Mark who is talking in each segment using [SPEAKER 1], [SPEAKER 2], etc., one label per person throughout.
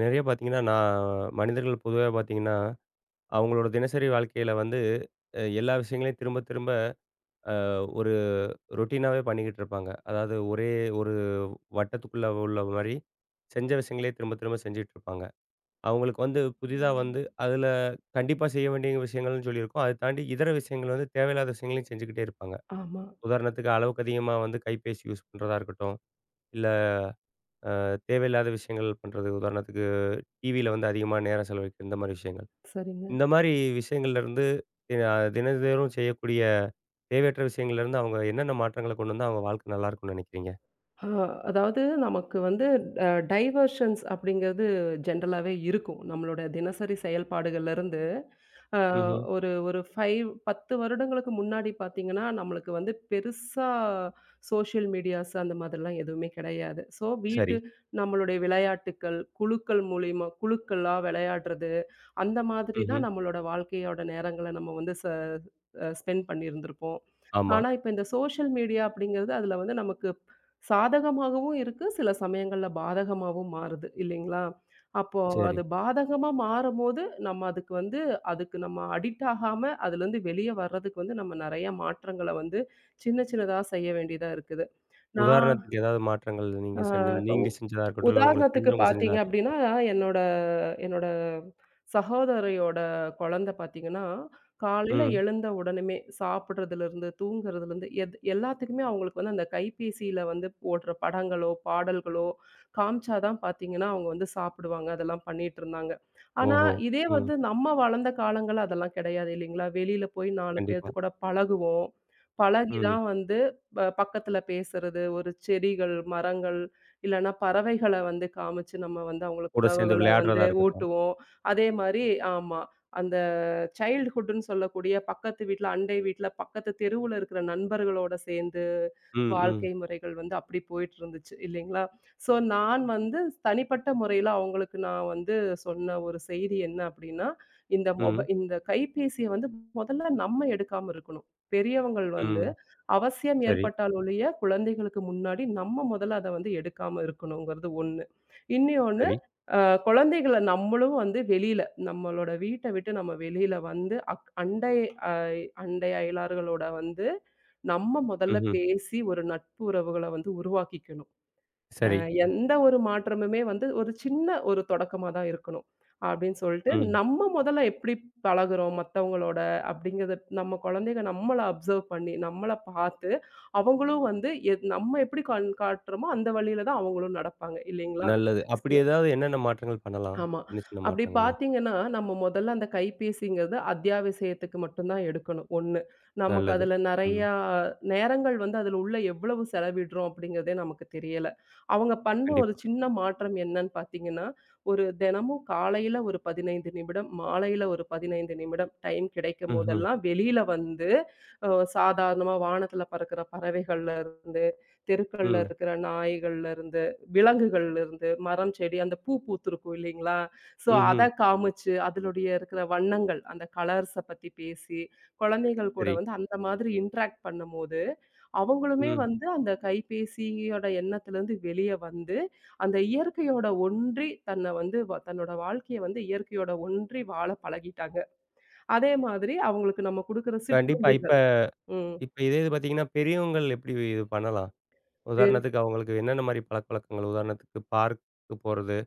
[SPEAKER 1] நெறைய பார்த்தீங்கன்னா, நான் மனிதர்கள் பொதுவா பார்த்தீங்கன்னா, அவங்களோட தினசரி வாழ்க்கையில வந்து எல்லா விஷயங்களையும் திரும்ப திரும்ப ஒரு ரொட்டீனாவே பண்ணிக்கிட்டு இருப்பாங்க. அதாவது ஒரே ஒரு வட்டத்துக்குள்ள உள்ள மாரி செஞ்ச விஷயங்களே திரும்ப திரும்ப செஞ்சுட்டு இருப்பாங்க. அவங்களுக்கு வந்து புதிதா வந்து அதில கண்டிப்பா செய்ய வேண்டிய விஷயங்கள்னு சொல்லியிருக்கும். அத தாண்டி இதர விஷயங்கள் வந்து தேவையில்லாத விஷயங்களையும் செஞ்சுக்கிட்டே இருப்பாங்க.
[SPEAKER 2] ஆமா.
[SPEAKER 1] உதாரணத்துக்கு அளவுக்கு அதிகமா வந்து கைபேசி யூஸ் பண்றதா இருக்கட்டும், இல்ல தேவையில்லாத விஷயங்கள் பண்றது. உதாரணத்துக்கு டிவியில வந்து அதிகமா நேரம் செலவழிக்கிறது இந்த மாரி விஷயங்கள்.
[SPEAKER 2] சரிங்க.
[SPEAKER 1] இந்த மாரி விஷயங்கள்லேருந்து தின தினந்தோறும் செய்யக்கூடிய தேவையற்ற விஷயங்கள்லேருந்து அவங்க என்னென்ன மாற்றங்கள கொண்டு வந்தா அவங்க வாழ்க்கை நல்லாயிருக்கும்னு நினைக்கிறீங்க?
[SPEAKER 2] ஆ அதாவது நமக்கு வந்து டைவர்ஷன்ஸ் அப்படிங்கிறது ஜென்ரலாவே இருக்கும். நம்மளோட தினசரி செயல்பாடுகள்லருந்து அ
[SPEAKER 1] ம்ஹ்ம்.
[SPEAKER 2] ஒரு ஒரு 5 10 வருடங்களுக்கு முன்னாடி பார்த்தீங்கன்னா, நம்மளுக்கு வந்து பெருசா சோஷியல் மீடியாஸ் அந்த மாதிரிலாம் எதுவுமே கிடையாது. ஸோ
[SPEAKER 1] சரி.
[SPEAKER 2] நம்மளுடைய விளையாட்டுக்கள், குழுக்கள் மூலியமா குழுக்களா விளையாடுறது அந்த மாதிரி
[SPEAKER 1] ம்ஹ்ம்.
[SPEAKER 2] தான் நம்மளோட வாழ்க்கையோட நேரங்கள நம்ம வந்து ஸ்பெண்ட் பண்ணியிருந்திருப்போம்.
[SPEAKER 1] ஆமா.
[SPEAKER 2] ஆனா, இப்ப இந்த சோஷியல் மீடியா அப்படிங்கிறது அதுல வந்து நமக்கு சாதகமாகவும் இருக்கு, சில சமயங்கள்ல பாதகமாவும் மாறுது இல்லைங்களா? அப்போ
[SPEAKER 1] சரி.
[SPEAKER 2] அது பாதகமா மாறும்போது, நம்ம அதுக்கு வந்து அதுக்கு நம்ம அடிக்ட் ஆகாம அதுலருந்து வெளிய வர்றதுக்கு வந்து நம்ம நெறைய மாற்றங்கள வந்து சின்ன சின்னதா செய்ய வேண்டியதா இருக்குது. நான்
[SPEAKER 1] உதாரணத்துக்கு ஏதாவது மாற்றங்கள் நீங்க
[SPEAKER 2] அ இப்ப
[SPEAKER 1] நீங்க செஞ்சதா இருக்கட்டும், இல்ல உங்களுக்கு
[SPEAKER 2] உதாரணத்துக்கு
[SPEAKER 1] தெரிஞ்சவங்க
[SPEAKER 2] பார்த்தீங்க
[SPEAKER 1] செஞ்சதா
[SPEAKER 2] அப்டின்னா,
[SPEAKER 1] இருக்கட்டும்.
[SPEAKER 2] என்னோட என்னோட சகோதரியோட குழந்தை பார்த்தீங்கன்னா, காலையில
[SPEAKER 1] ம்.
[SPEAKER 2] எழுந்த உடனுமே சாப்பிடுறதுலருந்து, தூங்குறதுலருந்து எல்லாத்துக்குமே அவங்களுக்கு வந்து அந்த கைபேசியில வந்து போடுற படங்களோ, பாடல்களோ காமிச்சா தான் பார்த்தீங்கன்னா, அவங்க வந்து சாப்பிடுவாங்க. அதெல்லாம் பண்ணிட்டுருந்தாங்க. ஆனா,
[SPEAKER 1] ஓஹோ!
[SPEAKER 2] இதே
[SPEAKER 1] ம்.
[SPEAKER 2] வந்து நம்ம வளர்ந்த காலங்கள்ல அதெல்லாம் கிடையாது இல்லைங்களா? வெளியில போய் 4 பேத்து
[SPEAKER 1] கண்டிப்பா.
[SPEAKER 2] கூட பழகுவோம். பழகி
[SPEAKER 1] ம்.
[SPEAKER 2] தான் வந்து பக்கத்துல பேசுறது, ஒரு செடிகள், மரங்கள் இல்லன்னா பறவைகள வந்து காமிச்சு நம்ம வந்து அவங்களுக்கு
[SPEAKER 1] கூட சேர்ந்து
[SPEAKER 2] உணவுகள வந்து
[SPEAKER 1] விளையாடுறதா இருக்கட்டும்.
[SPEAKER 2] ஊட்டுவோம். அதே மாரி ஆமா. அந்த சைல்ட்ஹுட்ன்னு சொல்லக்கூடிய பக்கத்து வீட்ல, அண்டை வீட்ல, பக்கத்து தெருவுல இருக்கிற நண்பர்களோட சேர்ந்து
[SPEAKER 1] ம், ம்,
[SPEAKER 2] வாழ்க்கை முறைகள் வந்து அப்படி போயிட்டுருந்துச்சு இல்லைங்களா? ஸோ நான் வந்து தனிப்பட்ட முறையில அவங்களுக்கு நான் வந்து சொன்ன ஒரு செய்தி என்ன அப்படின்னா, இந்த
[SPEAKER 1] ம்,
[SPEAKER 2] இந்த கைபேசிய வந்து முதல்ல நம்ம எடுக்காம இருக்கணும். பெரியவங்கள் வந்து
[SPEAKER 1] ம்.
[SPEAKER 2] அவசியம்
[SPEAKER 1] சரி,
[SPEAKER 2] ஏற்பட்டால் ஒழிய, குழந்தைகளுக்கு முன்னாடி நம்ம முதல்ல அத வந்து எடுக்காம இருக்கணுங்கிறது 1. இன்னியொன்னு,
[SPEAKER 1] சரி.
[SPEAKER 2] அ குழந்தைகள நம்மளும் வந்து வெளியில, நம்மளோட வீட்ட விட்டு நம்ம வெளியில வந்து, அண்டை அ அண்டை அயலார்களோட வந்து, நம்ம முதல்ல
[SPEAKER 1] ம்ஹ்ம்.
[SPEAKER 2] பேசி ஒரு நட்பு உறவுகள வந்து உருவாக்கிக்கணும். அ
[SPEAKER 1] சரி.
[SPEAKER 2] எந்த ஒரு மாற்றமுமே வந்து ஒரு சின்ன ஒரு தொடக்கமா தான் இருக்கணும். அப்படின்னு சொல்லிட்டு,
[SPEAKER 1] ம்.
[SPEAKER 2] நம்ம முதல்ல எப்படி பழகுறோம் மத்தவங்களோட அப்படிங்கிறத நம்ம குழந்தைங்க நம்மள அப்சர்வ் பண்ணி, நம்மள பார்த்து, அவங்களும் வந்து நம்ம எப்படி கண் காட்டுறோமோ அந்த வழியில தான் அவங்களும் நடப்பாங்க இல்லைங்களா?
[SPEAKER 1] நல்லது. அப்படி ஏதாவது என்னென்ன மாற்றங்கள் பண்ணலாம்?
[SPEAKER 2] ஆமா.
[SPEAKER 1] சின்ன, சின்ன
[SPEAKER 2] அப்படி
[SPEAKER 1] மாற்றங்கள்லாம்.
[SPEAKER 2] பார்த்தீங்கன்னா, நம்ம மொதல்ல அந்த கைபேசிங்கிறது அத்தியாவசியத்துக்கு மட்டும் தான் எடுக்கணும், 1. நமக்கு
[SPEAKER 1] நல்லது.
[SPEAKER 2] அதுல
[SPEAKER 1] ம்.
[SPEAKER 2] நெறையா நேரங்கள் வந்து அதுல உள்ள எவ்வளவு செலவிடுறோம் அப்படிங்கிறதே நமக்கு தெரியல. அவங்க பண்ண ஒரு
[SPEAKER 1] கண்டிப்பா.
[SPEAKER 2] சின்ன மாற்றம் என்னன்னு பார்த்தீங்கன்னா, ஒரு தினமும் காலையில ஒரு 15 நிமிடம், மாலையில ஒரு 15 நிமிடம் டைம் கிடைக்கும்
[SPEAKER 1] ம்ஹ்ம்.
[SPEAKER 2] போதெல்லாம் வெளியில வந்து, அ சாதாரணமா வானத்துல பறக்கிற பறவைகள்ல இருந்து, தெருக்கள்ல
[SPEAKER 1] ம்.
[SPEAKER 2] இருக்கிற நாய்கள்ல இருந்து விலங்குகள்ல இருந்து, மரம், செடி அந்த பூ பூத்திருக்கும் இல்லைங்களா? ஸோ அத
[SPEAKER 1] ம்ஹ்ம்.
[SPEAKER 2] காமிச்சு, அதிலுடைய இருக்கிற வண்ணங்கள், அந்த கலர்ஸ பத்தி பேசி, குழந்தைகள் கூட
[SPEAKER 1] சரி.
[SPEAKER 2] வந்து அந்த மாதிரி இன்டராக்ட் பண்ணும்போது, அவங்களுமே
[SPEAKER 1] ம்.
[SPEAKER 2] வந்து அந்த கைபேசியோட எண்ணத்திலருந்து வெளிய வந்து, அந்த இயற்கையோட ஒன்றி தன்னை வந்து தன்னோட வாழ்க்கைய வந்து இயற்கையோட ஒன்றி வாழ பழகிட்டாங்க. அதே மாதிரி அவங்களுக்கு நம்ம குடுக்குற
[SPEAKER 1] கண்டிப்பா. இப்ப
[SPEAKER 2] சிற்றுண்டிகள்
[SPEAKER 1] இப்ப இதே இது பார்த்தீங்கன்னா, பெரியவங்கள் எப்படி இது பண்ணலாம்?
[SPEAKER 2] ம்.
[SPEAKER 1] உதாரணத்துக்கு அவங்களுக்கு என்னென்ன மாரி பழக்கவழக்கங்கள்? உதாரணத்துக்கு பார்க்கு போறது,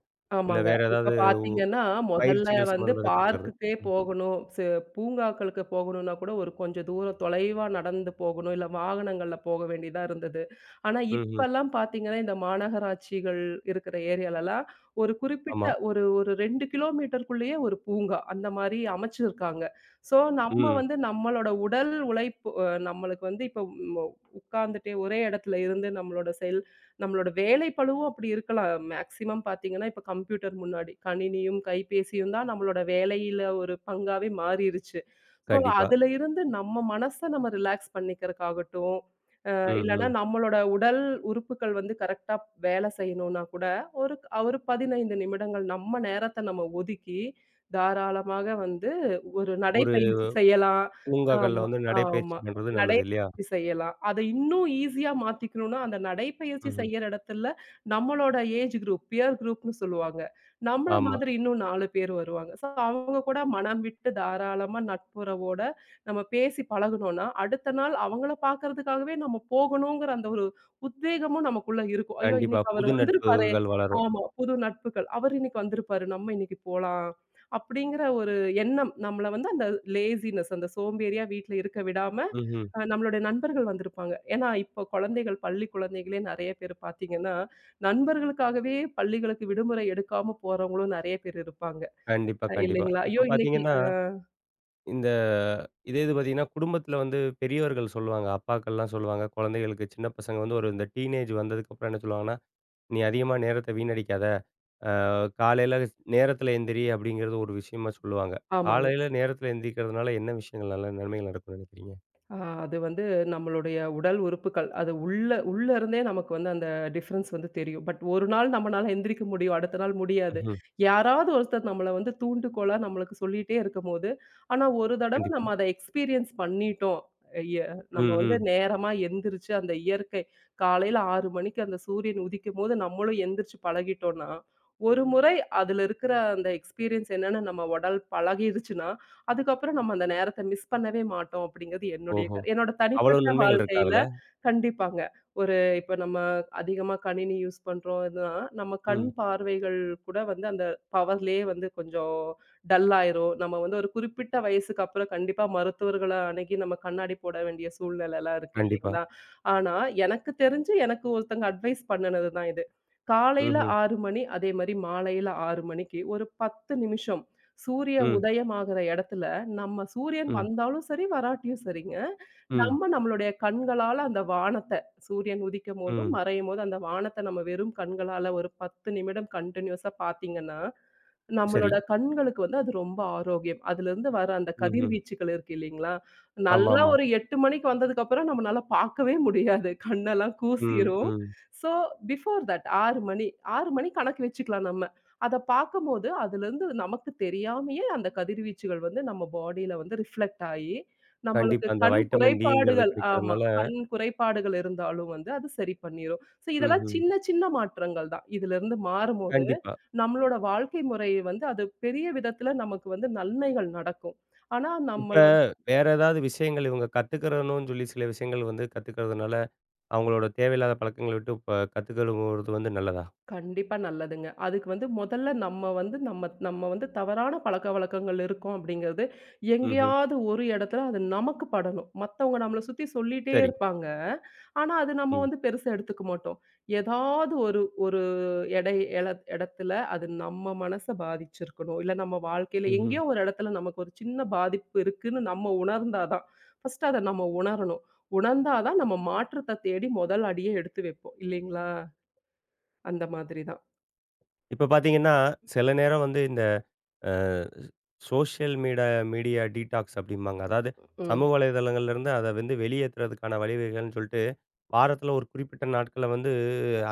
[SPEAKER 1] இல்ல
[SPEAKER 2] ஆமாங்க.
[SPEAKER 1] வேற
[SPEAKER 2] இப்ப
[SPEAKER 1] ஏதாவது
[SPEAKER 2] பார்த்தீங்கன்னா, முதல்ல
[SPEAKER 1] பயிற்சிகள்
[SPEAKER 2] வந்து
[SPEAKER 1] சம்மந்தமா எதா கத்துக்கிறது?
[SPEAKER 2] பார்க்குக்கே
[SPEAKER 1] ம்.
[SPEAKER 2] போகணும். பூங்காக்களுக்கு போகணும்னா கூட ஒரு கொஞ்சம் தூரம் தொலைவா நடந்து போகணும். இல்ல வாகனங்கள்ல போக வேண்டியதா இருந்தது. ஆனா,
[SPEAKER 1] ம்ஹ்ம்.
[SPEAKER 2] இப்பல்லாம் பார்த்தீங்கன்னா, இந்த மாநகராட்சிகள் இருக்கிற ஏரியாலலாம் ஒரு குறிப்பிட்ட
[SPEAKER 1] ஆமா.
[SPEAKER 2] ஒரு ஒரு 2 கிலோமீட்டருக்குள்ளேயே ஒரு பூங்கா அந்த மாரி அமைச்சிருக்காங்க. ஸோ, நம்ம
[SPEAKER 1] ம்.
[SPEAKER 2] வந்து நம்மளோட உடல் உழைப்பு நம்மளுக்கு வந்து இப்ப ம் உட்கார்ந்துட்டே ஒரே இடத்துல இருந்து நம்மளோட நம்மளோட வேலைப்பளுவும் அப்படி இருக்கலாம். மேக்ஸிமம் பார்த்தீங்கன்னா, இப்ப கம்ப்யூட்டர் முன்னாடி கணினியும், கைபேசியும் தான் நம்மளோட வேலையில ஒரு பங்காவே மாறிருச்சு. ஸோ,
[SPEAKER 1] கண்டிப்பா.
[SPEAKER 2] அதுல இருந்து நம்ம மனச நம்ம ரிலாக்ஸ் பண்ணிக்கிறதுக்காகட்டும்,
[SPEAKER 1] ம்,
[SPEAKER 2] இல்லன்னா
[SPEAKER 1] ம்.
[SPEAKER 2] நம்மளோட உடல் உறுப்புகள் வந்து கரெக்ட்டா வேலை செய்யணும்னா கூட, ஒரு ஒரு 15 நிமிடங்கள் நம்ம நேரத்த நம்ம ஒதுக்கி, தாராளமாக வந்து ஒரு
[SPEAKER 1] ஒரு
[SPEAKER 2] நடைப்பயிற்சி செய்யலாம்.
[SPEAKER 1] பூங்காக்கள்ல
[SPEAKER 2] ஆமா,
[SPEAKER 1] வந்து நடைப்பயிற்சி
[SPEAKER 2] ஆமா.
[SPEAKER 1] பண்றது நல்லது இல்லையா?
[SPEAKER 2] நடைப்பயிற்சி செய்யலாம். அத இன்னும் ஈஸியா மாத்திக்கணும்னா, அந்த நடைப்பயிற்சி
[SPEAKER 1] ம்ஹ்ம்.
[SPEAKER 2] செய்யற இடத்துல நம்மளோட ஏஜ் குரூப், பியர் குரூப்ன்னு சொல்லுவாங்க. நம்மள
[SPEAKER 1] ஆமா.
[SPEAKER 2] மாதிரி இன்னும் 4 பேர் வருவாங்க. ஸோ அவங்க கூட மனம் விட்டு தாராளமா நட்புறவோட நம்ம பேசி பழகுனோம்னா, அடுத்த நாள் அவங்கள பார்க்கறதுக்காகவே நம்ம போகணுங்கிற அந்த ஒரு உத்வேகமும் நமக்குள்ள இருக்கும். ஐயோ!
[SPEAKER 1] கண்டிப்பா.
[SPEAKER 2] இன்னைக்கு அவரு
[SPEAKER 1] புது
[SPEAKER 2] வந்திருப்பாரே!
[SPEAKER 1] நட்புகள் வளரும்.
[SPEAKER 2] ஆமா, புது நட்புகள். அவரு இன்னைக்கு வந்திருப்பாரு. நம்ம இன்னைக்கு போலாம். அப்படிங்கிற ஒரு எண்ணம் நம்மள வந்து அந்த லேசினஸ் அந்த சோம்பேறியா வீட்ல இருக்க விடாம,
[SPEAKER 1] ம்ஹ்ம்.
[SPEAKER 2] நம்மளுடைய நண்பர்கள் வந்திருப்பாங்க. ஏன்னா, இப்போ குழந்தைகள் பள்ளி குழந்தைகளே நெறைய பேர் பார்த்தீங்கன்னா, நண்பர்களுக்காகவே பள்ளிகளுக்கு விடுமுறை எடுக்காம போறவங்களும் நெறைய பேர் இருப்பாங்க.
[SPEAKER 1] கண்டிப்பா, கண்டிப்பா.
[SPEAKER 2] இல்லைங்களா? ஐயோ!
[SPEAKER 1] இப்ப
[SPEAKER 2] இன்னைக்கு
[SPEAKER 1] பார்த்தீங்கன்னா இந்த இதே இது பார்த்தீங்கன்னா, குடும்பத்தில வந்து பெரியவர்கள் சொல்லுவாங்க. அப்பாக்கள்லாம் சொல்லுவாங்க, குழந்தைகளுக்கு சின்ன பசங்க வந்து ஒரு இந்த டீனேஜ் வந்ததுக்கப்புறம் என்ன சொல்லுவாங்கன்னா, "நீ அதிகமா நேரத்த வீணடிக்காத. அ காலையில நேரத்தில எந்திரி" அப்படிங்கிறது ஒரு விஷயமா சொல்லுவாங்க.
[SPEAKER 2] ஆமாங்க.
[SPEAKER 1] காலையில நேரத்தில எந்திரிக்கிறதுனால என்ன விஷயங்கள் நல்ல நன்மைகள் நடக்கும்னு நினைக்கிறீங்க?
[SPEAKER 2] ஆ அது வந்து நம்மளுடைய உடல் உறுப்புக்கள். அது உள்ள உள்ள இருந்தே நமக்கு வந்து அந்த டிஃபரன்ஸ் வந்து தெரியும். பட் ஒரு நாள் நம்மனால எந்திரிக்க முடியும். அடுத்த நாள் முடியாது.
[SPEAKER 1] ம்ஹ்ம்.
[SPEAKER 2] யாராவது ஒருத்தர் நம்மள வந்து தூண்டுகோலா நம்மளுக்கு சொல்லிட்டே இருக்கும்போது, ஆனா ஒரு தடவ
[SPEAKER 1] கண்டிப்பா.
[SPEAKER 2] நம்ம அத எக்ஸ்பீரியன்ஸ் பண்ணிட்டோம். எ நம்ம
[SPEAKER 1] ம்,
[SPEAKER 2] வந்து
[SPEAKER 1] ம்.
[SPEAKER 2] நேரமா எந்திரிச்சு அந்த இயற்கை காலையில 6 மணிக்கு அந்த சூரியன் உதிக்கும்போது நம்மளும் எந்திரிச்சு பழகிட்டோம்னா, ஒரு முறை அதுல இருக்கிற அந்த எக்ஸ்பீரியன்ஸ் என்னன்னு நம்ம உடல் பழகிடுச்சுன்னா, அதுக்கப்புறம் நம்ம அந்த நேரத்த மிஸ் பண்ணவே மாட்டோம் அப்படிங்கிறது என்னுடைய
[SPEAKER 1] ஓஹோ!
[SPEAKER 2] என்னோட
[SPEAKER 1] அவ்வளோ
[SPEAKER 2] தனிப்பட்ட
[SPEAKER 1] நன்மைகள் இருக்கா
[SPEAKER 2] வாழ்க்கையில
[SPEAKER 1] அதுல?
[SPEAKER 2] கண்டிப்பாங்க. ஒரு இப்ப நம்ம அதிகமா கணினி யூஸ் பண்றோம்னா, நம்ம கண்
[SPEAKER 1] ம்.
[SPEAKER 2] பார்வைகள் கூட வந்து அந்த பவர்லயே வந்து கொஞ்சம் டல் ஆயிரும். நம்ம வந்து ஒரு குறிப்பிட்ட வயசுக்கு அப்புறம் கண்டிப்பா மருத்துவர்கள அணுகி நம்ம கண்ணாடி போட வேண்டிய சூழ்நிலைலாம் இருக்கு
[SPEAKER 1] கண்டிப்பா.
[SPEAKER 2] இல்லைங்களா? ஆனா, எனக்கு தெரிஞ்சு எனக்கு ஒருத்தங்க அட்வைஸ் பண்ணுனது தான் இது. காலையில
[SPEAKER 1] ம்ஹ்ம்.
[SPEAKER 2] 6 மணி அதே மாரி மாலையில 6 மணிக்கு ஒரு 10 நிமிஷம் சூரிய
[SPEAKER 1] ம்,
[SPEAKER 2] உதயம் ஆகுற இடத்துல நம்ம சூரியன்
[SPEAKER 1] ம்,
[SPEAKER 2] வந்தாலும் சரி, வராட்டியும் சரிங்க.
[SPEAKER 1] ம், ம்.
[SPEAKER 2] நம்ம நம்மளுடைய கண்களால அந்த வானத்த, சூரியன் உதிக்கும்போதும்,
[SPEAKER 1] ம்
[SPEAKER 2] மறையும்போதும் அந்த வானத்த நம்ம வெறும் கண்களால ஒரு 10 நிமிடம் கன்டினியூஸா பார்த்தீங்கன்னா,
[SPEAKER 1] சரி.
[SPEAKER 2] நம்மளோட கண்களுக்கு வந்து அது ரொம்ப ஆரோக்கியம். அதுலருந்து வர அந்த
[SPEAKER 1] ம்ஹ்ம்.
[SPEAKER 2] கதிர்வீச்சுகள் இருக்கு இல்லைங்களா? நல்லா
[SPEAKER 1] ஆமாமா.
[SPEAKER 2] ஒரு 8 மணிக்கு வந்ததுக்கப்புறம் நம்மனால பார்க்கவே முடியாது. கண்ணெல்லாம்
[SPEAKER 1] ம்,
[SPEAKER 2] கூசிரும்.
[SPEAKER 1] ம்.
[SPEAKER 2] ஸோ பிஃபோர் தட் 6 மணி கணக்கு வச்சுக்கலாம் நம்ம. அத பார்க்கும்போது, அதுலருந்து நமக்கு தெரியாமயே அந்த கதிர்வீச்சுகள் வந்து நம்ம பாடியில வந்து ரிஃப்ளெக்ட் ஆயி, நம்மளுக்கு
[SPEAKER 1] கண்டிப்பா. அந்த
[SPEAKER 2] கண்
[SPEAKER 1] வைட்டமின் டிங்கிறது
[SPEAKER 2] குறைபாடுகள் ஆமா.
[SPEAKER 1] கிடைக்கிறதுனால
[SPEAKER 2] கண் குறைபாடுகள் இருந்தாலும் வந்து அது சரி பண்ணிரும். சோ இதெல்லாம்
[SPEAKER 1] ம்ஹ்ம்.
[SPEAKER 2] சின்ன, சின்ன மாற்றங்கள் தான். இதிலிருந்து மாறும்போது,
[SPEAKER 1] கண்டிப்பா.
[SPEAKER 2] நம்மளோட வாழ்க்கை முறை வந்து அது பெரிய விதத்துல நமக்கு வந்து நன்மைகள் நடக்கும். ஆனா,
[SPEAKER 1] இப்ப
[SPEAKER 2] நம்மளோட
[SPEAKER 1] வேற ஏதாவது விஷயங்கள் இவங்க கத்துக்கிறணும்னு சொல்லி சில விஷயங்கள் வந்து கத்துக்கிறதுனால, அவங்களோட தேவையில்லாத பழக்கங்கள விட்டு இப்ப கத்துக்கறது வந்து நல்லதா?
[SPEAKER 2] கண்டிப்பா நல்லதுங்க. அதுக்கு வந்து முதல்ல நம்ம வந்து நம்ம நம்ம வந்து தவறான பழக்கவழக்கங்கள் இருக்கோம் அப்படிங்கிறது,
[SPEAKER 1] ம்ஹ்ம்.
[SPEAKER 2] எங்கேயாவது ஒரு இடத்துல அது நமக்கு படணும். மத்தவங்க நம்மள சுத்தி சொல்லிட்டே
[SPEAKER 1] சரி.
[SPEAKER 2] இருப்பாங்க. ஆனா, அது நம்ம
[SPEAKER 1] ம்.
[SPEAKER 2] வந்து பெருசா எடுத்துக்க மாட்டோம். ஏதாவது ஒரு ஒரு எடை எல இடத்துல அது நம்ம மனச பாதிச்சிருக்கணும். இல்ல நம்ம வாழ்க்கையில
[SPEAKER 1] ம்ஹ்ம்.
[SPEAKER 2] எங்கேயோ ஒரு இடத்துல நமக்கு ஒரு சின்ன பாதிப்பு இருக்குன்னு நம்ம உணர்ந்தா தான். ஃபர்ஸ்ட் அத நம்ம உணரணும். உணர்ந்தா தான் நம்ம மாற்றத்த தேடி முதல் அடிய எடுத்து வைப்போம். இல்லைங்களா? அந்த மாதிரி தான்.
[SPEAKER 1] இப்ப பார்த்தீங்கன்னா, சில நேரம் வந்து இந்த அ சோஷியல் மீடியா டீடாக்ஸ் அப்படிம்பாங்க. அதாவது
[SPEAKER 2] ம்.
[SPEAKER 1] சமூக வலைதளங்கள்லேருந்து அத வந்து வெளியேத்துறதுக்கான வழிவகைகள்னு சொல்லிட்டு, வாரத்தில ஒரு குறிப்பிட்ட நாட்கள வந்து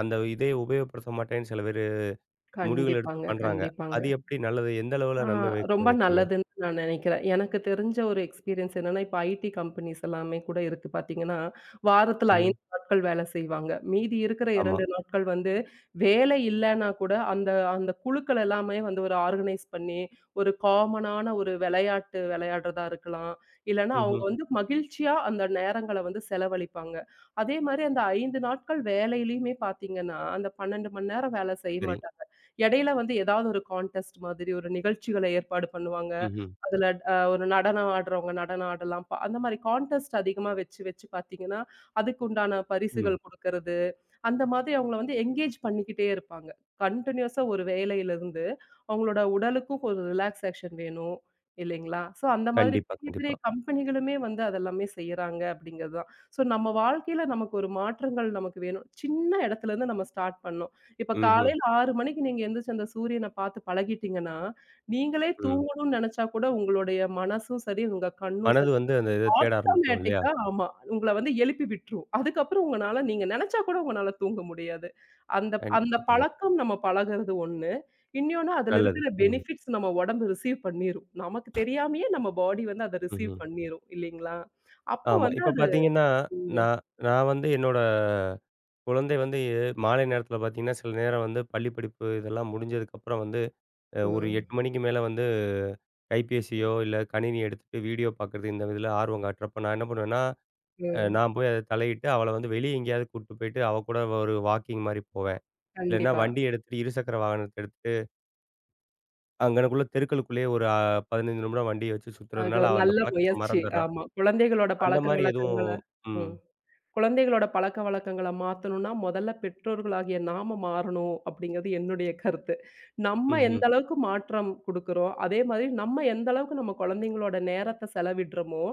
[SPEAKER 1] அந்த இதே உபயோகப்படுத்த மாட்டேன்னு சில பேரு முடிவுகள் எடுத்து
[SPEAKER 2] கண்டிப்பாங்க,
[SPEAKER 1] பண்றாங்க. அது
[SPEAKER 2] கண்டிப்பாங்க.
[SPEAKER 1] எப்படி நல்லது? எந்த அளவுல
[SPEAKER 2] ஆ
[SPEAKER 1] நன்மை பயக்கும்னு
[SPEAKER 2] ரொம்ப
[SPEAKER 1] நினைக்கிறீங்க?
[SPEAKER 2] நல்லதுன்னு நான் நெனைக்கிறேன். எனக்கு தெரிஞ்ச ஒரு எக்ஸ்பீரியன்ஸ் என்னன்னா, இப்ப ஐடி கம்பெனிஸ் எல்லாமே கூட இருக்கு பார்த்தீங்கன்னா, வாரத்துல
[SPEAKER 1] ம்ஹ்ம்.
[SPEAKER 2] 5 நாட்கள் வேலை செய்வாங்க. மீதி இருக்கிற
[SPEAKER 1] ஆமா.
[SPEAKER 2] 2 நாட்கள் வந்து வேலை இல்லன்னா கூட அந்த அந்த குழுக்கள் எல்லாமே வந்து ஒரு ஆர்கனைஸ் பண்ணி, ஒரு காமனான ஒரு விளையாட்டு விளையாடுறதா இருக்கலாம். இல்லன்னா அவங்க
[SPEAKER 1] ம்ஹ்ம்.
[SPEAKER 2] வந்து மகிழ்ச்சியா அந்த நேரங்கள வந்து செலவழிப்பாங்க. அதே மாரி அந்த 5 நாட்கள் வேலையிலயுமே பார்த்தீங்கன்னா, அந்த 12 மணி நேரம் வேலை செய்ய
[SPEAKER 1] சரி.
[SPEAKER 2] மாட்டாங்க. இடையில வந்து ஏதாவது ஒரு கான்டெஸ்ட் மாதிரி ஒரு நிகழ்ச்சிகள ஏற்பாடு பண்ணுவாங்க.
[SPEAKER 1] ம்ஹ்ம்.
[SPEAKER 2] அதுல ஒரு நடனம் ஆடுறவங்க நடனம் ஆடலாம். அந்த மாரி கான்டெஸ்ட் அதிகமா வச்சு வச்சு பார்த்தீங்கன்னா, அதுக்கு உண்டான
[SPEAKER 1] ம்.
[SPEAKER 2] பரிசுகள் குடுக்கறது. அந்த மாதிரி அவங்கள வந்து என்கேஜ் பண்ணிக்கிட்டே இருப்பாங்க. கன்டினியூஸா ஒரு வேலையிலிருந்து, அவங்களோட உடலுக்கும் ஒரு ரிலாக்சேஷன் வேணும் இல்லைங்களா? ஸோ அந்த மாதிரி
[SPEAKER 1] கண்டிப்பா,
[SPEAKER 2] பெரிய பெரிய
[SPEAKER 1] கண்டிப்பா.
[SPEAKER 2] கம்பெனிகளுமே வந்து அதெல்லாமே செய்யறாங்க அப்படிங்கிறது தான். ஸோ நம்ம வாழ்க்கையில நமக்கு ஒரு மாற்றங்கள் நமக்கு வேணும். சின்ன இடத்துலருந்து நம்ம ஸ்டார்ட் பண்ணணும். இப்ப
[SPEAKER 1] ம்ஹ்ம்.
[SPEAKER 2] காலையில 6 மணிக்கு நீங்க எந்திரிச்சு அந்த சூரியன பார்த்து பழகிட்டீங்கன்னா, நீங்களே
[SPEAKER 1] ம்.
[SPEAKER 2] தூங்கணும்னு நெனச்சா கூட உங்களுடைய மனசும் சரி, உங்க கண்ணும்
[SPEAKER 1] மனது
[SPEAKER 2] சரி
[SPEAKER 1] வந்து அந்த இத தேட ஆரம்பிக்கும் இல்லையா?
[SPEAKER 2] ஆட்டோமேட்டிக்கா ஆமா. உங்கள வந்து எழுப்பி விட்டுரும். அதுக்கப்புறம் உங்கனால நீங்க நெனச்சா கூட உங்கனால தூங்க முடியாது. அந்த அந்த
[SPEAKER 1] கண்டிப்பா, கண்டிப்பா.
[SPEAKER 2] பழக்கம் நம்ம பழகுறது ஒண்ணு. இன்னொன்னு அதுல
[SPEAKER 1] நல்லது.
[SPEAKER 2] இருக்கிற
[SPEAKER 1] ம்.
[SPEAKER 2] பெனிஃபிட்ஸ் நம்ம உடம்பு ரிசீவ் பண்ணிரும். நமக்கு தெரியாமயே நம்ம பாடி வந்து அத ரிசீவ்
[SPEAKER 1] ம்ஹ்ம்.
[SPEAKER 2] பண்ணிரும் இல்லீங்களா? அப்ப
[SPEAKER 1] ஆமா.
[SPEAKER 2] வந்து
[SPEAKER 1] இப்ப
[SPEAKER 2] அது
[SPEAKER 1] பார்த்தீங்கன்னா,
[SPEAKER 2] ம்,
[SPEAKER 1] நான் நான் வந்து என்னோட குழந்தை வந்து மாலை நேரத்தில பார்த்தீங்கன்னா, சில நேரம் வந்து பள்ளி படிப்பு இதெல்லாம் முடிஞ்சதுக்கப்புறம் வந்து ஒரு
[SPEAKER 2] ம்,
[SPEAKER 1] 8 மணிக்கு மேல வந்து கைபேசியோ, இல்ல கணினி எடுத்துட்டு வீடியோ பார்க்குறது இந்த இதில ஆர்வம் காட்டுறப்ப நான் என்ன பண்ணுவேன்னா,
[SPEAKER 2] ம்.
[SPEAKER 1] நான் போய் அத தலையிட்டு அவள வந்து வெளிய எங்கேயாவது கூட்டு போயிட்டு, அவ கூட ஒரு வாக்கிங் மாரி போவேன். இல்லன்னா
[SPEAKER 2] கண்டிப்பா.
[SPEAKER 1] வண்டி எடுத்துட்டு இருசக்கர வாகனத்த எடுத்து அங்கனக்குள்ள தெருக்களுக்குள்ளேயே ஒரு 15 நிமிடம் வண்டிய வச்சு
[SPEAKER 2] அது
[SPEAKER 1] சுத்துறதுனால,
[SPEAKER 2] ஒரு
[SPEAKER 1] அவ அந்த
[SPEAKER 2] நல்ல
[SPEAKER 1] பழக்கத்த
[SPEAKER 2] முயற்சி.
[SPEAKER 1] மறந்துர்றா.
[SPEAKER 2] ஆமா. குழந்தைகளோட
[SPEAKER 1] அந்த மாரி
[SPEAKER 2] பழக்கவழக்கங்கள
[SPEAKER 1] எதுவும் ம்.
[SPEAKER 2] ம். குழந்தைகளோட பழக்கவழக்கங்கள மாத்தணும்னா, முதல்ல பெற்றோர்களாகிய நாம மாறணும் அப்படிங்கிறது என்னுடைய கருத்து. நம்ம
[SPEAKER 1] ம்ஹ்ம்.
[SPEAKER 2] எந்த அளவுக்கு மாற்றம் குடுக்குறோம், அதே மாதிரி நம்ம எந்த அளவுக்கு நம்ம குழந்தைங்களோட நேரத்த செலவிடுறோமோ,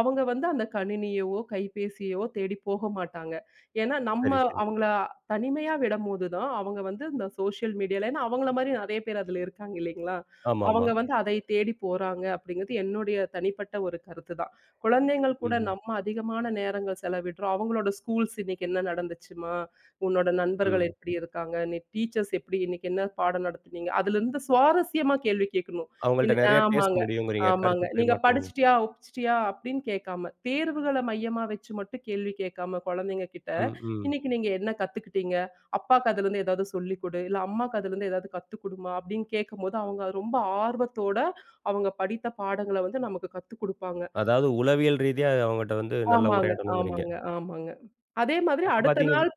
[SPEAKER 2] அவங்க வந்து அந்த கணினியவோ, கைபேசியவோ தேடி போக மாட்டாங்க. ஏன்னா, நம்ம
[SPEAKER 1] சரி, சரி.
[SPEAKER 2] அவங்கள தனிமையா விடம்போது தான், அவங்க வந்து இந்த சோசியல் மீடியால ஏன்னா அவங்கள மாரி நெறைய பேர் அதுல இருக்காங்க இல்லைங்களா?
[SPEAKER 1] ஆமாமா.
[SPEAKER 2] அவங்க வந்து அதை தேடி போறாங்க அப்படிங்கிறது என்னுடைய தனிப்பட்ட ஒரு கருத்து தான். குழந்தைங்கள் கூட
[SPEAKER 1] ம்ஹ்ம்.
[SPEAKER 2] நம்ம அதிகமான நேரங்கள் செலவிடுறோம். அவங்களோட ஸ்கூல்ஸ் இன்னைக்கு என்ன நடந்துச்சும்மா? உன்னோட நண்பர்கள்
[SPEAKER 1] ம்.
[SPEAKER 2] எப்படி இருக்காங்க? நீ டீச்சர்ஸ் எப்படி இன்னைக்கு என்ன பாடம் நடத்துனீங்க? அதுலருந்து சுவாரஸ்யமா கேள்வி கேட்கணும்.
[SPEAKER 1] அவங்கள்ட்ட
[SPEAKER 2] இன்ன
[SPEAKER 1] நெறைய பேச
[SPEAKER 2] ஆமாங்க,
[SPEAKER 1] முடியுங்கிறீங்க.
[SPEAKER 2] ஆமாங்க.
[SPEAKER 1] கருத்து
[SPEAKER 2] நீங்க
[SPEAKER 1] பரிமாற்றம் மூலம்.
[SPEAKER 2] படிச்சுட்டியா? ஒப்பிச்சிட்டியா? அப்படின்னு கேட்காம, தேர்வுகள மையமா வச்சு மட்டும் கேள்வி கேட்காம குழந்தைங்க கிட்ட,
[SPEAKER 1] ம், ம்.
[SPEAKER 2] இன்னைக்கு நீங்க என்ன கத்துக்கிட்டீங்க? அப்பாக்கு அதுலருந்து ஏதாவது சொல்லிக் குடு. இல்ல அம்மாக்கு அதுலருந்து ஏதாவது கத்துக் குடுமா? அப்படின்னு கேட்கும்போது, அவங்க ரொம்ப ஆர்வத்தோட அவங்க படித்த பாடங்கள வந்து நமக்கு கத்துக் குடுப்பாங்க.
[SPEAKER 1] அதாவது உளவியல் ரீதியா அவங்கட்ட வந்து நல்லா
[SPEAKER 2] ஆமாங்க,
[SPEAKER 1] உரையாடணுங்கிறீங்க.
[SPEAKER 2] ஆமாங்க. அதே மாதிரி
[SPEAKER 1] இப்ப
[SPEAKER 2] அடுத்த நாள்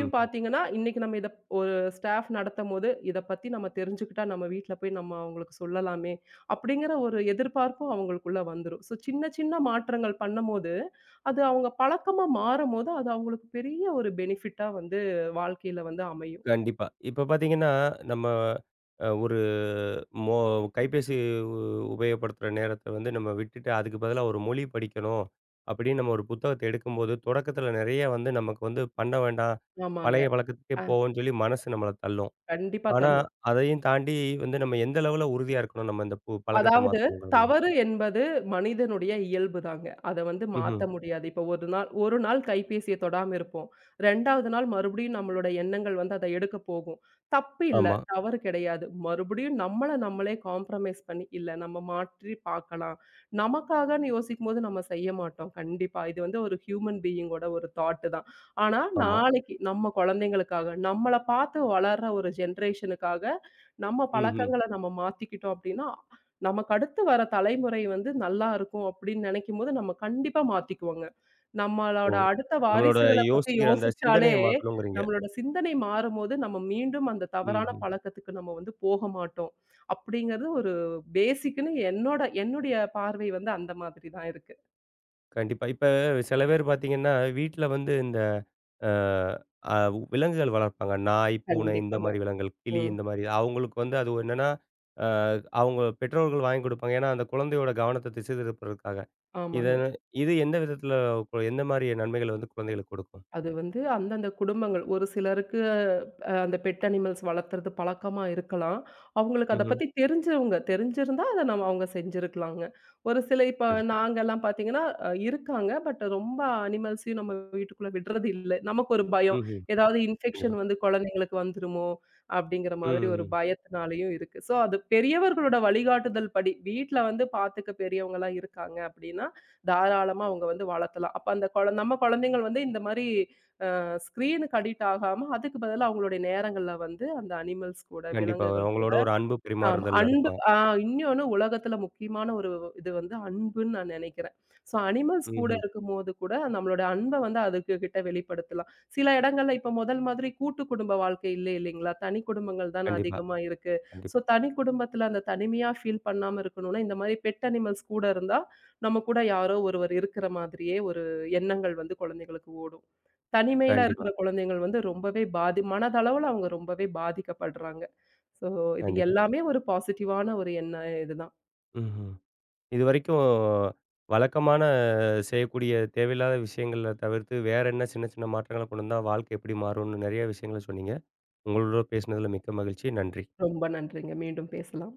[SPEAKER 1] ம்.
[SPEAKER 2] பார்த்தீங்கன்னா, இன்னைக்கு நம்ம இத ஒரு ஸ்டாஃப் நடத்தும்போது, இத பத்தி நம்ம தெரிஞ்சுக்கிட்டா, நம்ம வீட்ல போய் நம்ம அவங்களுக்கு சொல்லலாமே! அப்படிங்கிற ஒரு எதிர்பார்ப்பும் அவங்களுக்குள்ள வந்துரும். ஸோ சின்ன சின்ன மாற்றங்கள் பண்ணும்போது, அது அவங்க பழக்கமா மாறும்போது, அது அவங்களுக்கு பெரிய ஒரு பெனிஃபிட்டா வந்து வாழ்க்கையில வந்து அமையும்.
[SPEAKER 1] கண்டிப்பா. இப்ப பார்த்தீங்கன்னா, நம்ம ஒரு மொ கைபேசி உ உபயோகப்படுத்துற நேரத்த வந்து நம்ம விட்டுட்டு, அதுக்கு பதிலா ஒரு மொழி படிக்கணும் அப்படின்னு நம்ம ஒரு புத்தகத்த எடுக்கும்போது, தொடக்கத்துல நெறைய வந்து நமக்கு வந்து பண்ண வேண்டாம்,
[SPEAKER 2] ஆமாங்க.
[SPEAKER 1] பழைய பழக்கத்துக்கே
[SPEAKER 2] அ
[SPEAKER 1] போவோம்ன்னு சொல்லி மனசு நம்மள தள்ளும்.
[SPEAKER 2] கண்டிப்பா
[SPEAKER 1] ஆனா,
[SPEAKER 2] தள்ளும்.
[SPEAKER 1] அதையும் தாண்டி வந்து நம்ம எந்த அளவுல உறுதியா இருக்கணும், நம்ம இந்த பழக்கத்த
[SPEAKER 2] அதாவது
[SPEAKER 1] மாத்தணுங்கிறதுல?
[SPEAKER 2] தவறு என்பது மனிதனுடைய இயல்பு தாங்க. அத வந்து
[SPEAKER 1] ம்ஹ்ம்.
[SPEAKER 2] மாத்த முடியாது. இப்ப ஒரு நாள் கைபேசிய தொடாம இருப்போம். 2வது நாள் மறுபடியும் நம்மளோட எண்ணங்கள் வந்து அத எடுக்க போகும். தப்பு இல்ல,
[SPEAKER 1] ஆமா,
[SPEAKER 2] தவறு கிடையாது. மறுபடியும் நம்மள நம்மளே காம்ப்ரமைஸ் பண்ணி, இல்ல நம்ம மாற்றி பார்க்கலாம். நமக்காகன்னு யோசிக்கும்போது நம்ம செய்ய மாட்டோம். கண்டிப்பா. இது வந்து ஒரு ஹியூமன் பீயிங்கோட ஒரு தாட் தான். ஆனா
[SPEAKER 1] ஆமா.
[SPEAKER 2] நாளைக்கு நம்ம குழந்தைங்களுக்காக, நம்மள பார்த்து வளர்ற ஒரு ஜெனரேஷனுக்காக நம்ம
[SPEAKER 1] ம்ஹ்ம்.
[SPEAKER 2] பழக்கங்கள நம்ம மாத்திக்கிட்டோம் அப்டின்னா நமக்கு அடுத்து வர தலைமுறை வந்து நல்லா இருக்கும் அப்படின்னு நினைக்கும்போது, நம்ம கண்டிப்பா மாத்திக்குவோங்க.
[SPEAKER 1] ஓ!
[SPEAKER 2] நம்மளோட அடுத்த
[SPEAKER 1] நம்மளோட
[SPEAKER 2] வாரிசுகள பத்தி
[SPEAKER 1] யோசிக்கிற அந்த
[SPEAKER 2] யோசிச்சாலே,
[SPEAKER 1] சிந்தனைய மாத்தணுங்கிறீங்க.
[SPEAKER 2] நம்மளோட சிந்தனை மாறும்போது, நம்ம மீண்டும் அந்த தவறான
[SPEAKER 1] ம்.
[SPEAKER 2] பழக்கத்துக்கு நம்ம வந்து போக மாட்டோம். அப்படிங்கிறது ஒரு பேசிக்குன்னு என்னுடைய பார்வை வந்து அந்த மாதிரி தான் இருக்கு.
[SPEAKER 1] கண்டிப்பா. இப்ப சில பேர் பார்த்தீங்கன்னா, வீட்ல வந்து இந்த அ அ விலங்குகள் வளர்ப்பாங்க. நாய், பூனை இந்த
[SPEAKER 2] கண்டிப்பாங்க.
[SPEAKER 1] மாரி விலங்குகள், கிளி
[SPEAKER 2] ம்.
[SPEAKER 1] இந்த மாரி. அவங்களுக்கு வந்து அது என்னன்னா, அ அவங்க பெற்றோர்கள் வாங்கி குடுப்பாங்க. ஏன்னா, அந்த குழந்தையோட கவனத்த திசை திருப்புறதுக்காக. இத
[SPEAKER 2] ஆமாங்க.
[SPEAKER 1] இது எந்த விதத்தில எந்த மாரி நன்மைகள் வந்து குழந்தைகளுக்கு கொடுக்கும்?
[SPEAKER 2] அது வந்து அந்தந்த குடும்பங்கள் ஒரு சிலருக்கு அந்த பெட் அனிமல்ஸ் வளர்த்துறது பழக்கமா இருக்கலாம். அவங்களுக்கு அத
[SPEAKER 1] ம்ஹ்ம்.
[SPEAKER 2] பத்தி தெரிஞ்சிருந்தா அத நம்ம அவங்க செஞ்சிருக்கலாங்க. ஒரு சில இப்ப
[SPEAKER 1] சரி.
[SPEAKER 2] நாங்கலாம் பார்த்தீங்கன்னா, இருக்காங்க. பட் ரொம்ப அனிமல்ஸையும் நம்ம வீட்டுக்குள்ள விடுறது இல்ல. நமக்கு ஒரு பயம்.
[SPEAKER 1] ம்ஹ்ம்.
[SPEAKER 2] ஏதாவது
[SPEAKER 1] கண்டிப்பா.
[SPEAKER 2] இன்ஃபெக்ஷன் வந்து குழந்தைங்களுக்கு வந்துருமோ! அப்படிங்கிற மாதிரி ஒரு
[SPEAKER 1] ம்.
[SPEAKER 2] பயத்தினாலயும் இருக்கு. ஸோ அது பெரியவர்களோட வழிகாட்டுதல் படி வீட்ல வந்து பார்த்துக்க பெரியவங்கலாம் இருக்காங்க அப்படின்னா, தாராளமா அவங்க வந்து வளர்த்தலாம். அப்ப அந்த நம்ம குழந்தைங்கள் வந்து இந்த மாரி ஸ்க்ரீனுக்கு அடிக்ட் ஆகாம, அதுக்கு பதிலா அவங்களுடைய நேரங்கள்ல வந்து அந்த அனிமல்ஸ் கூட,
[SPEAKER 1] கண்டிப்பா.
[SPEAKER 2] விலங்குகள் கூட
[SPEAKER 1] அவங்களோட ஒரு அன்பு
[SPEAKER 2] ஆமா.
[SPEAKER 1] பரிமாறுதல்ல
[SPEAKER 2] அன்பு
[SPEAKER 1] இருக்கலாம்.
[SPEAKER 2] ஆ இன்னொன்னு உலகத்துல முக்கியமான ஒரு இது வந்து அன்புன்னு நான் நெனைக்கிறேன். ஸோ அனிமல்ஸ் கூட
[SPEAKER 1] ம்ஹ்ம்.
[SPEAKER 2] இருக்கும்போது கூட நம்மளோட அன்ப வந்து அதுக்கு கிட்ட வெளிப்படுத்தலாம். சில இடங்கள்ல இப்ப முதல் மாதிரி கூட்டு குடும்ப வாழ்க்கை இல்ல இல்லைங்களா? தனி குடும்பங்கள் தான
[SPEAKER 1] கண்டிப்பா,
[SPEAKER 2] அதிகமா இருக்கு. ஸோ
[SPEAKER 1] கண்டிப்பா,
[SPEAKER 2] தனி குடும்பத்துல அந்த தனிமையா ஃபீல் பண்ணாம இருக்கணும்னா, இந்த மாரி பெட் அனிமல்ஸ் கூட இருந்தா, நம்ம கூட யாரோ ஒருவர் இருக்கிற மாதிரியே ஒரு எண்ணங்கள் வந்து குழந்தைகளுக்கு ஓடும். தனிமையில
[SPEAKER 1] கண்டிப்பா,
[SPEAKER 2] இருக்கிற குழந்தைகள் வந்து ரொம்பவே பாதி மனதளவுல அவங்க ரொம்பவே பாதிக்கப்படுறாங்க. ஸோ இது
[SPEAKER 1] கண்டிப்பா.
[SPEAKER 2] எல்லாமே ஒரு பாசிட்டிவான ஒரு எண்ண இதுதான்.
[SPEAKER 1] ம்ஹ்ம். இதுவரைக்கும் வழக்கமான செய்யக்கூடிய தேவையில்லாத விஷயங்கள தவிர்த்து, வேற என்ன சின்ன சின்ன மாற்றங்கள கொண்டு வந்தா வாழ்க்கை எப்படி மாறும்னு நெறைய விஷயங்கள சொன்னீங்க. உங்களோட பேசினதில மிக்க மகிழ்ச்சி. நன்றி.
[SPEAKER 2] ரொம்ப நன்றிங்க. மீண்டும் பேசலாம்.